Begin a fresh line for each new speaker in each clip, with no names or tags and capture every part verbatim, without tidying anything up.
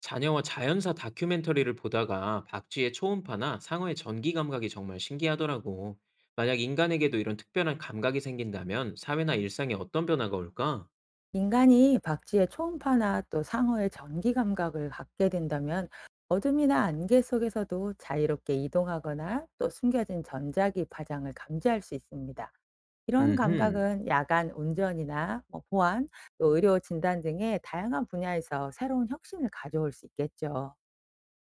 자녀와 자연사 다큐멘터리를 보다가 박쥐의 초음파나 상어의 전기 감각이 정말 신기하더라고. 만약 인간에게도 이런 특별한 감각이 생긴다면 사회나 일상에 어떤 변화가 올까?
인간이 박쥐의 초음파나 또 상어의 전기 감각을 갖게 된다면 어둠이나 안개 속에서도 자유롭게 이동하거나 또 숨겨진 전자기 파장을 감지할 수 있습니다. 이런
음흠,
감각은 야간 운전이나 뭐 보안, 또 의료 진단 등의 다양한 분야에서 새로운 혁신을 가져올 수 있겠죠.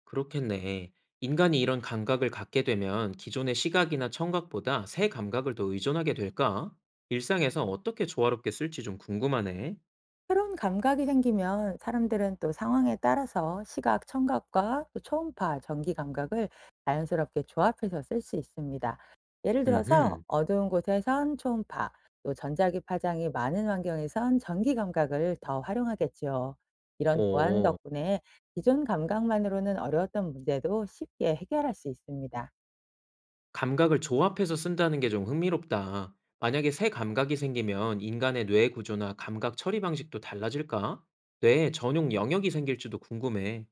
그렇겠네. 인간이 이런 감각을 갖게 되면 기존의 시각이나 청각보다 새 감각을 더 의존하게 될까? 일상에서 어떻게 조화롭게 쓸지 좀 궁금하네.
새로운 감각이 생기면 사람들은 또 상황에 따라서 시각, 청각과 또 초음파, 전기 감각을 자연스럽게 조합해서 쓸 수 있습니다. 예를 들어서
음흠,
어두운 곳에선 초음파, 또 전자기 파장이 많은 환경에선 전기 감각을 더 활용하겠지요. 이런 보완
오.
덕분에 기존 감각만으로는 어려웠던 문제도 쉽게 해결할 수 있습니다.
감각을 조합해서 쓴다는 게 좀 흥미롭다. 만약에 새 감각이 생기면 인간의 뇌 구조나 감각 처리 방식도 달라질까? 뇌에 전용 영역이 생길지도 궁금해.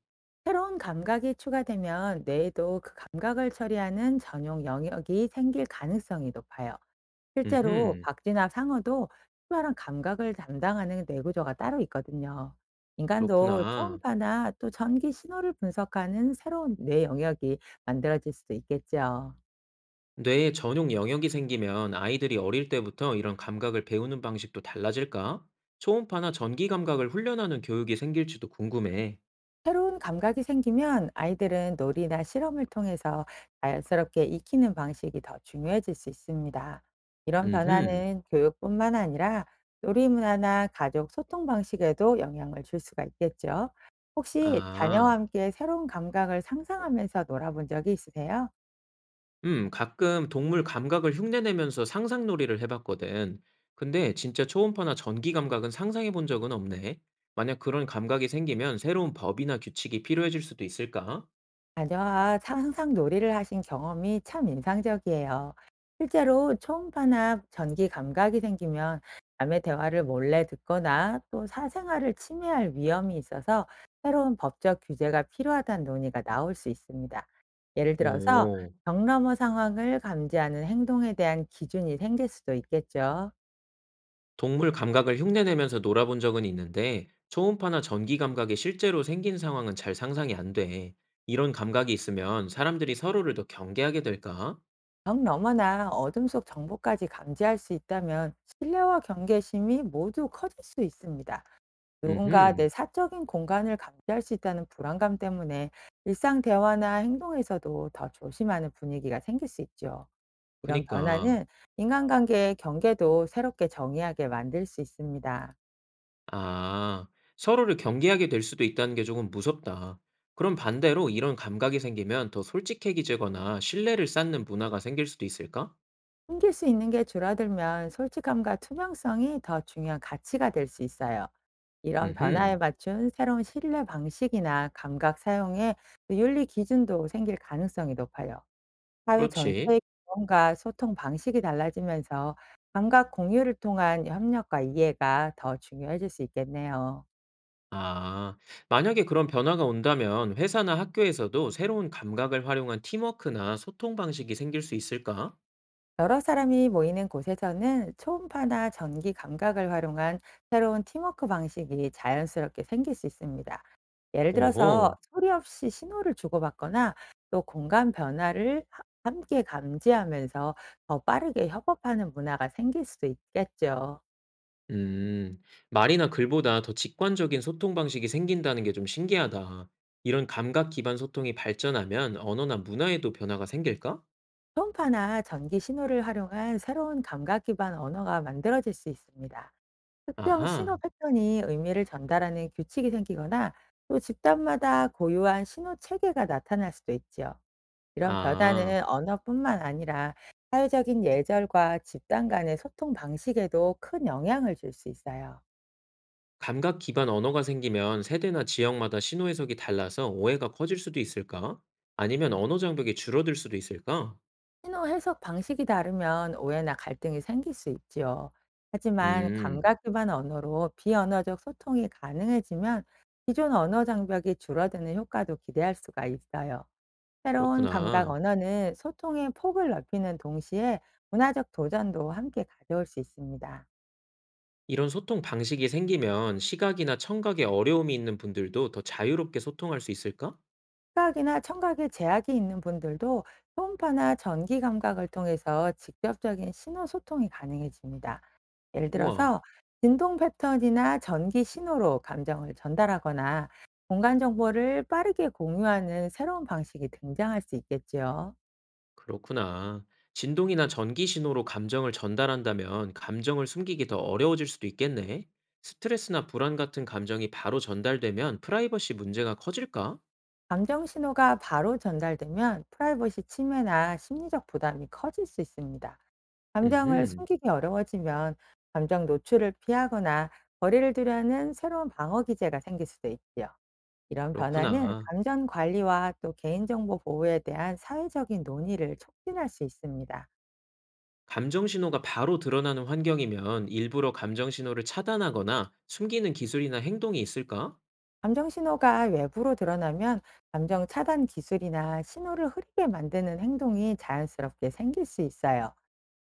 새로운 감각이 추가되면 뇌에도 그 감각을 처리하는 전용 영역이 생길 가능성이 높아요. 실제로
음흠,
박쥐나 상어도 특별한 감각을 담당하는 뇌구조가 따로 있거든요. 인간도
그렇구나.
초음파나 또 전기 신호를 분석하는 새로운 뇌 영역이 만들어질 수도 있겠죠.
뇌에 전용 영역이 생기면 아이들이 어릴 때부터 이런 감각을 배우는 방식도 달라질까? 초음파나 전기 감각을 훈련하는 교육이 생길지도 궁금해.
새로운 감각이 생기면 아이들은 놀이나 실험을 통해서 자연스럽게 익히는 방식이 더 중요해질 수 있습니다. 이런
음흠,
변화는 교육뿐만 아니라 놀이 문화나 가족 소통 방식에도 영향을 줄 수가 있겠죠. 혹시 자녀와
아.
함께 새로운 감각을 상상하면서 놀아본 적이 있으세요?
음, 가끔 동물 감각을 흉내내면서 상상놀이를 해봤거든. 근데 진짜 초음파나 전기 감각은 상상해 본 적은 없네. 만약 그런 감각이 생기면 새로운 법이나 규칙이 필요해질 수도 있을까?
자녀와 상상 놀이를 하신 경험이 참 인상적이에요. 실제로 초음파나 전기 감각이 생기면 남의 대화를 몰래 듣거나 또 사생활을 침해할 위험이 있어서 새로운 법적 규제가 필요하다는 논의가 나올 수 있습니다. 예를 들어서
오,
경넘머 상황을 감지하는 행동에 대한 기준이 생길 수도 있겠죠.
동물 감각을 흉내내면서 놀아본 적은 있는데, 초음파나 전기 감각이 실제로 생긴 상황은 잘 상상이 안 돼. 이런 감각이 있으면 사람들이 서로를 더 경계하게 될까?
경너머나 어둠 속 정보까지 감지할 수 있다면 신뢰와 경계심이 모두 커질 수 있습니다. 누군가 내
음흠,
사적인 공간을 감지할 수 있다는 불안감 때문에 일상 대화나 행동에서도 더 조심하는 분위기가 생길 수 있죠. 이런
그니까.
변화는 인간관계의 경계도 새롭게 정의하게 만들 수 있습니다.
아, 서로를 경계하게 될 수도 있다는 게 조금 무섭다. 그럼 반대로 이런 감각이 생기면 더 솔직해지거나 신뢰를 쌓는 문화가 생길 수도 있을까?
숨길 수 있는 게 줄어들면 솔직함과 투명성이 더 중요한 가치가 될 수 있어요. 이런 변화에
음흠,
맞춘 새로운 신뢰 방식이나 감각 사용에 윤리 기준도 생길 가능성이 높아요. 사회
그렇지.
전체의 경험과 소통 방식이 달라지면서 감각 공유를 통한 협력과 이해가 더 중요해질 수 있겠네요.
아, 만약에 그런 변화가 온다면 회사나 학교에서도 새로운 감각을 활용한 팀워크나 소통 방식이 생길 수 있을까?
여러 사람이 모이는 곳에서는 초음파나 전기 감각을 활용한 새로운 팀워크 방식이 자연스럽게 생길 수 있습니다. 예를 들어서
오호,
소리 없이 신호를 주고받거나 또 공간 변화를 하- 함께 감지하면서 더 빠르게 협업하는 문화가 생길 수도 있겠죠.
음, 말이나 글보다 더 직관적인 소통 방식이 생긴다는 게 좀 신기하다. 이런 감각 기반 소통이 발전하면 언어나 문화에도 변화가 생길까?
초음파나 전기 신호를 활용한 새로운 감각 기반 언어가 만들어질 수 있습니다. 특정 신호
아하.
패턴이 의미를 전달하는 규칙이 생기거나 또 집단마다 고유한 신호 체계가 나타날 수도 있지요. 이런
아.
변화는 언어뿐만 아니라 사회적인 예절과 집단 간의 소통 방식에도 큰 영향을 줄 수 있어요.
감각 기반 언어가 생기면 세대나 지역마다 신호 해석이 달라서 오해가 커질 수도 있을까? 아니면 언어 장벽이 줄어들 수도 있을까?
신호 해석 방식이 다르면 오해나 갈등이 생길 수 있지요. 하지만
음.
감각 기반 언어로 비언어적 소통이 가능해지면 기존 언어 장벽이 줄어드는 효과도 기대할 수가 있어요. 새로운 감각
그렇구나.
언어는 소통의 폭을 넓히는 동시에 문화적 도전도 함께 가져올 수 있습니다.
이런 소통 방식이 생기면 시각이나 청각에 어려움이 있는 분들도 더 자유롭게 소통할 수 있을까?
시각이나 청각에 제약이 있는 분들도 초음파나 전기 감각을 통해서 직접적인 신호 소통이 가능해집니다. 예를
우와.
들어서 진동 패턴이나 전기 신호로 감정을 전달하거나 공간 정보를 빠르게 공유하는 새로운 방식이 등장할 수 있겠지요.
그렇구나. 진동이나 전기 신호로 감정을 전달한다면 감정을 숨기기 더 어려워질 수도 있겠네. 스트레스나 불안 같은 감정이 바로 전달되면 프라이버시 문제가 커질까?
감정 신호가 바로 전달되면 프라이버시 침해나 심리적 부담이 커질 수 있습니다. 감정을
음흠.
숨기기 어려워지면 감정 노출을 피하거나 거리를 두려는 새로운 방어 기제가 생길 수도 있지요. 이런 변화는
그렇구나.
감정 관리와 또 개인정보 보호에 대한 사회적인 논의를 촉진할 수 있습니다.
감정 신호가 바로 드러나는 환경이면 일부러 감정 신호를 차단하거나 숨기는 기술이나 행동이 있을까?
감정 신호가 외부로 드러나면 감정 차단 기술이나 신호를 흐리게 만드는 행동이 자연스럽게 생길 수 있어요.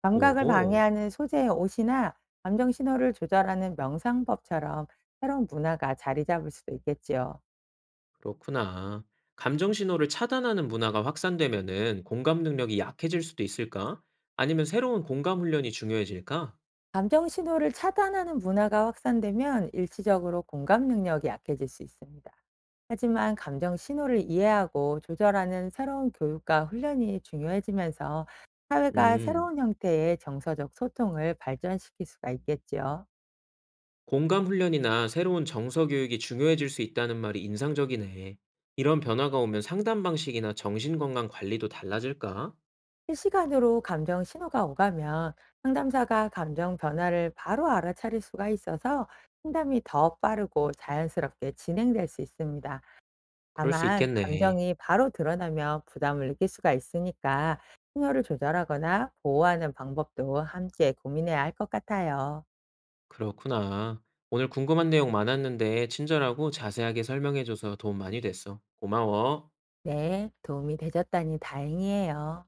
감각을
오호,
방해하는 소재의 옷이나 감정 신호를 조절하는 명상법처럼 새로운 문화가 자리 잡을 수도 있겠지요.
그렇구나. 감정 신호를 차단하는 문화가 확산되면은 공감 능력이 약해질 수도 있을까? 아니면 새로운 공감 훈련이 중요해질까?
감정 신호를 차단하는 문화가 확산되면 일시적으로 공감 능력이 약해질 수 있습니다. 하지만 감정 신호를 이해하고 조절하는 새로운 교육과 훈련이 중요해지면서 사회가
음,
새로운 형태의 정서적 소통을 발전시킬 수가 있겠지요.
공감 훈련이나 새로운 정서 교육이 중요해질 수 있다는 말이 인상적이네. 이런 변화가 오면 상담 방식이나 정신건강 관리도 달라질까?
실시간으로 감정 신호가 오가면 상담사가 감정 변화를 바로 알아차릴 수가 있어서 상담이 더 빠르고 자연스럽게 진행될 수 있습니다.
그럴 수
다만
있겠네.
감정이 바로 드러나면 부담을 느낄 수가 있으니까 신호를 조절하거나 보호하는 방법도 함께 고민해야 할 것 같아요.
그렇구나. 오늘 궁금한 내용 많았는데 친절하고 자세하게 설명해줘서 도움 많이 됐어. 고마워.
네, 도움이 되셨다니 다행이에요.